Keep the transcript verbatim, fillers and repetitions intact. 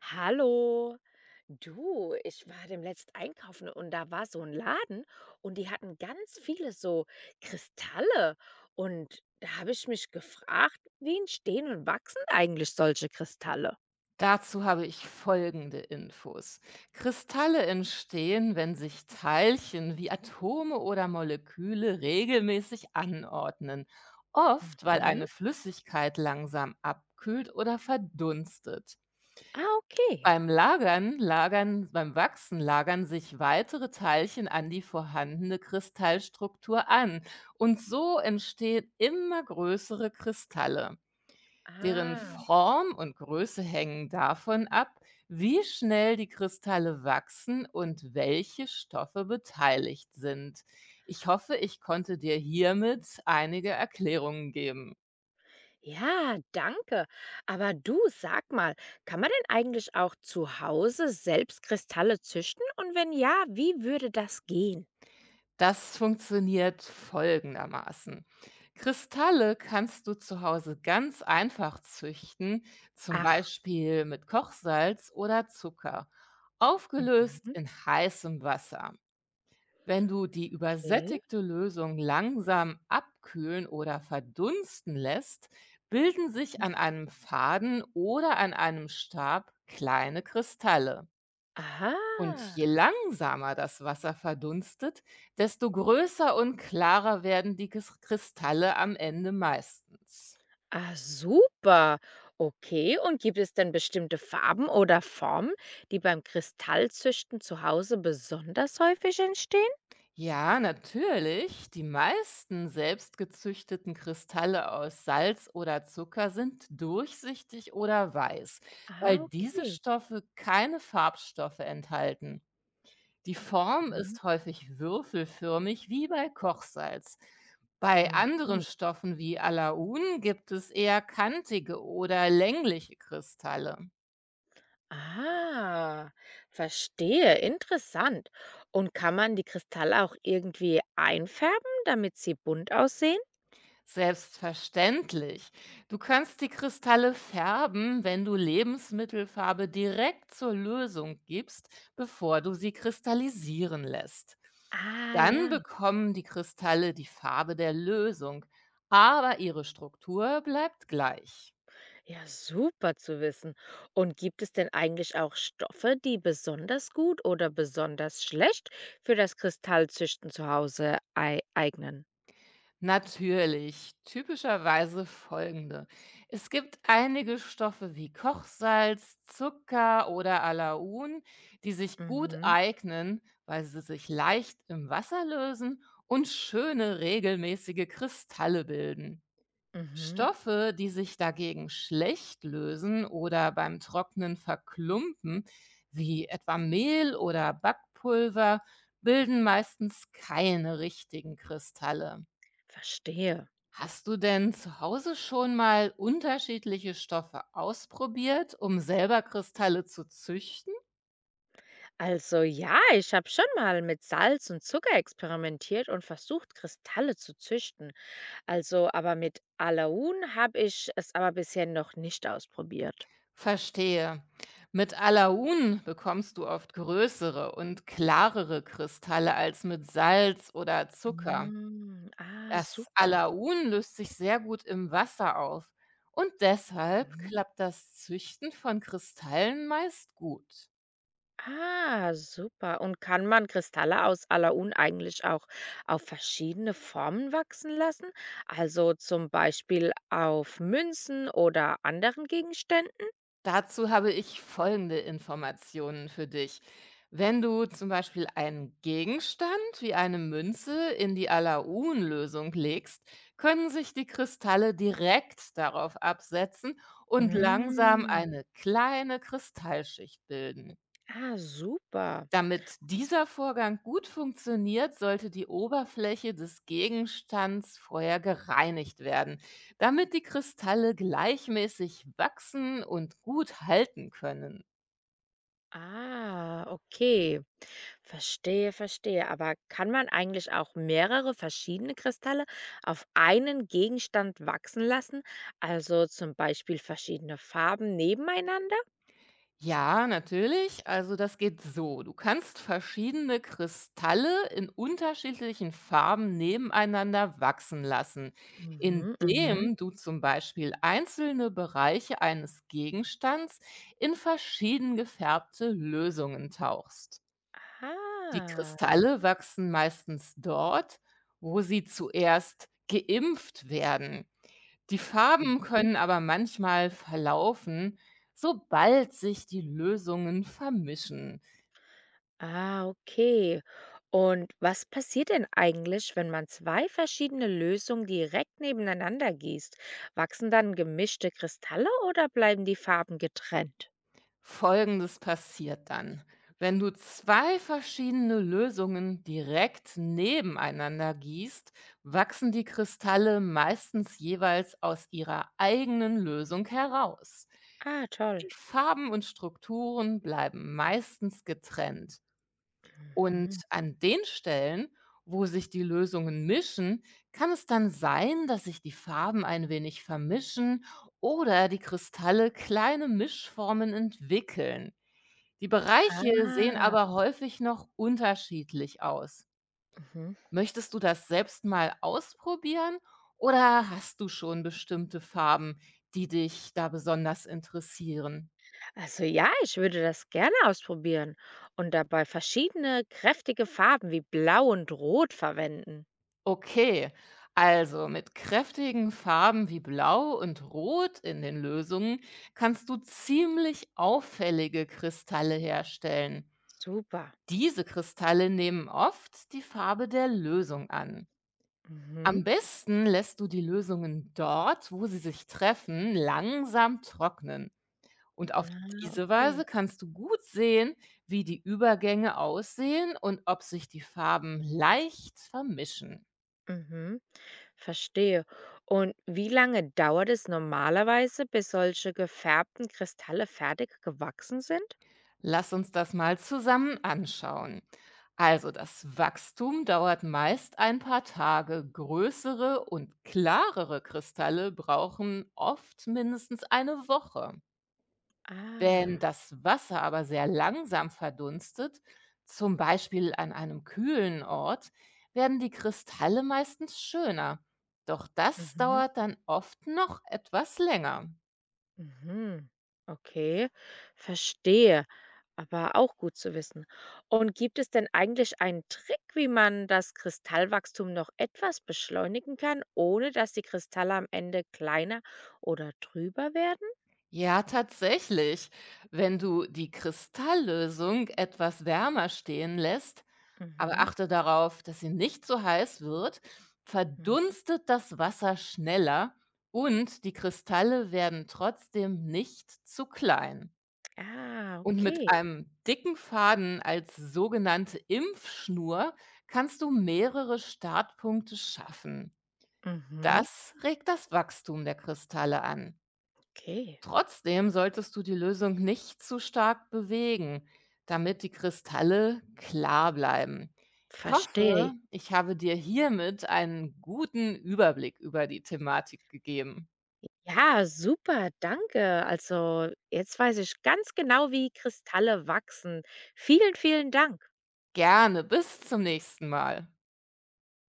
Hallo. Du, ich war demnächst einkaufen und da war so ein Laden und die hatten ganz viele so Kristalle, und da habe ich mich gefragt, wie entstehen und wachsen eigentlich solche Kristalle? Dazu habe ich folgende Infos. Kristalle entstehen, wenn sich Teilchen wie Atome oder Moleküle regelmäßig anordnen, oft weil Mhm. eine Flüssigkeit langsam abkühlt oder verdunstet. Ah, okay. Beim Lagern, lagern, beim Wachsen lagern sich weitere Teilchen an die vorhandene Kristallstruktur an und so entstehen immer größere Kristalle. Deren Ah, Form und Größe hängen davon ab, wie schnell die Kristalle wachsen und welche Stoffe beteiligt sind. Ich hoffe, ich konnte dir hiermit einige Erklärungen geben. ja, danke. Aber du, sag mal, kann man denn eigentlich auch zu Hause selbst Kristalle züchten und wenn ja, wie würde das gehen? Das funktioniert folgendermaßen. Kristalle kannst du zu Hause ganz einfach züchten, zum Ach. Beispiel mit Kochsalz oder Zucker, aufgelöst Mhm. in heißem Wasser. Wenn du die Okay. übersättigte Lösung langsam abkühlen oder verdunsten lässt, bilden sich Hm. an einem Faden oder an einem Stab kleine Kristalle. Aha. Und je langsamer das Wasser verdunstet, desto größer und klarer werden die Kis- Kristalle am Ende meistens. Ah, super. Okay, und gibt es denn bestimmte Farben oder Formen, die beim Kristallzüchten zu Hause besonders häufig entstehen? Ja, natürlich. Die meisten selbstgezüchteten Kristalle aus Salz oder Zucker sind durchsichtig oder weiß, weil Ah, diese okay. Stoffe keine Farbstoffe enthalten. Die Form Mhm. ist häufig würfelförmig wie bei Kochsalz. Bei anderen Mhm. Stoffen wie Alaun gibt es eher kantige oder längliche Kristalle. Ah, verstehe. Interessant. Und kann man die Kristalle auch irgendwie einfärben, damit sie bunt aussehen? Selbstverständlich. Du kannst die Kristalle färben, wenn du Lebensmittelfarbe direkt zur Lösung gibst, bevor du sie kristallisieren lässt. Ah, Dann ja. bekommen die Kristalle die Farbe der Lösung, aber ihre Struktur bleibt gleich. Ja, super zu wissen. Und gibt es denn eigentlich auch Stoffe, die besonders gut oder besonders schlecht für das Kristallzüchten zu Hause ei eignen? Natürlich. Typischerweise folgende. Es gibt einige Stoffe wie Kochsalz, Zucker oder Alaun, die sich gut Mhm, eignen, weil sie sich leicht im Wasser lösen und schöne regelmäßige Kristalle bilden. mhm, Stoffe, die sich dagegen schlecht lösen oder beim Trocknen verklumpen, wie etwa Mehl oder Backpulver, bilden meistens keine richtigen Kristalle. verstehe. Hast du denn zu Hause schon mal unterschiedliche Stoffe ausprobiert, um selber Kristalle zu züchten? Also ja, ich habe schon mal mit Salz und Zucker experimentiert und versucht, Kristalle zu züchten. Also, aber mit Alaun habe ich es aber bisher noch nicht ausprobiert. Verstehe. Mit Alaun bekommst du oft größere und klarere Kristalle als mit Salz oder Zucker. Mm, ah, Das super. Alaun löst sich sehr gut im Wasser auf und deshalb klappt das Züchten von Kristallen meist gut. Ah, super. Und kann man Kristalle aus Alaun eigentlich auch auf verschiedene Formen wachsen lassen? Also zum Beispiel auf Münzen oder anderen Gegenständen? Dazu habe ich folgende Informationen für dich. Wenn du zum Beispiel einen Gegenstand wie eine Münze in die Alaun-Lösung legst, können sich die Kristalle direkt darauf absetzen und langsam Mm. eine kleine Kristallschicht bilden. Ah, super. Damit dieser Vorgang gut funktioniert, sollte die Oberfläche des Gegenstands vorher gereinigt werden, damit die Kristalle gleichmäßig wachsen und gut halten können. Ah, okay. Verstehe, verstehe. Aber kann man eigentlich auch mehrere verschiedene Kristalle auf einen Gegenstand wachsen lassen? Also zum Beispiel verschiedene Farben nebeneinander? Ja, natürlich. Also das geht so. Du kannst verschiedene Kristalle in unterschiedlichen Farben nebeneinander wachsen lassen, Mhm, mhm. indem du zum Beispiel einzelne Bereiche eines Gegenstands in verschieden gefärbte Lösungen tauchst. Die Ah. Kristalle wachsen meistens dort, wo sie zuerst geimpft werden. Die Farben Mhm. können aber manchmal verlaufen, sobald sich die Lösungen vermischen. Ah, okay. Und was passiert denn eigentlich, wenn man zwei verschiedene Lösungen direkt nebeneinander gießt? Wachsen dann gemischte Kristalle oder bleiben die Farben getrennt? Folgendes passiert dann. Wenn du zwei verschiedene Lösungen direkt nebeneinander gießt, wachsen die Kristalle meistens jeweils aus ihrer eigenen Lösung heraus. Ah, toll. Die Farben und Strukturen bleiben meistens getrennt. Und Mhm. an den Stellen, wo sich die Lösungen mischen, kann es dann sein, dass sich die Farben ein wenig vermischen oder die Kristalle kleine Mischformen entwickeln. Die Bereiche sehen Ah, aber häufig noch unterschiedlich aus. mhm. Möchtest du das selbst mal ausprobieren oder hast du schon bestimmte Farben, die dich da besonders interessieren? Also ja, ich würde das gerne ausprobieren und dabei verschiedene kräftige Farben wie Blau und Rot verwenden. Okay, also mit kräftigen Farben wie Blau und Rot in den Lösungen kannst du ziemlich auffällige Kristalle herstellen. Super. Diese Kristalle nehmen oft die Farbe der Lösung an. Am Mhm. besten lässt du die Lösungen dort, wo sie sich treffen, langsam trocknen. Und auf Ah, diese okay. Weise kannst du gut sehen, wie die Übergänge aussehen und ob sich die Farben leicht vermischen. Mhm, verstehe. Und wie lange dauert es normalerweise, bis solche gefärbten Kristalle fertig gewachsen sind? Lass uns das mal zusammen anschauen. Also das Wachstum dauert meist ein paar Tage. Größere und klarere Kristalle brauchen oft mindestens eine Woche. Wenn Ah, das Wasser aber sehr langsam verdunstet, zum Beispiel an einem kühlen Ort, werden die Kristalle meistens schöner. Doch das mhm, dauert dann oft noch etwas länger. mhm. Okay, verstehe. Aber auch gut zu wissen. Und gibt es denn eigentlich einen Trick, wie man das Kristallwachstum noch etwas beschleunigen kann, ohne dass die Kristalle am Ende kleiner oder trüber werden? Ja, tatsächlich. Wenn du die Kristalllösung etwas wärmer stehen lässt, aber Mhm. achte darauf, dass sie nicht so heiß wird, Mhm. verdunstet das Wasser schneller und die Kristalle werden trotzdem nicht zu klein. Ah, Und mit okay. einem dicken Faden als sogenannte Impfschnur kannst du mehrere Startpunkte schaffen. Mhm. Das regt das Wachstum der Kristalle an. Okay. Trotzdem solltest du die Lösung nicht zu stark bewegen, damit die Kristalle klar bleiben. Ich hoffe, Verstehe. ich habe dir hiermit einen guten Überblick über die Thematik gegeben. Ja, super, danke. Also, jetzt weiß ich ganz genau, wie Kristalle wachsen. Vielen, vielen Dank. Gerne, bis zum nächsten Mal.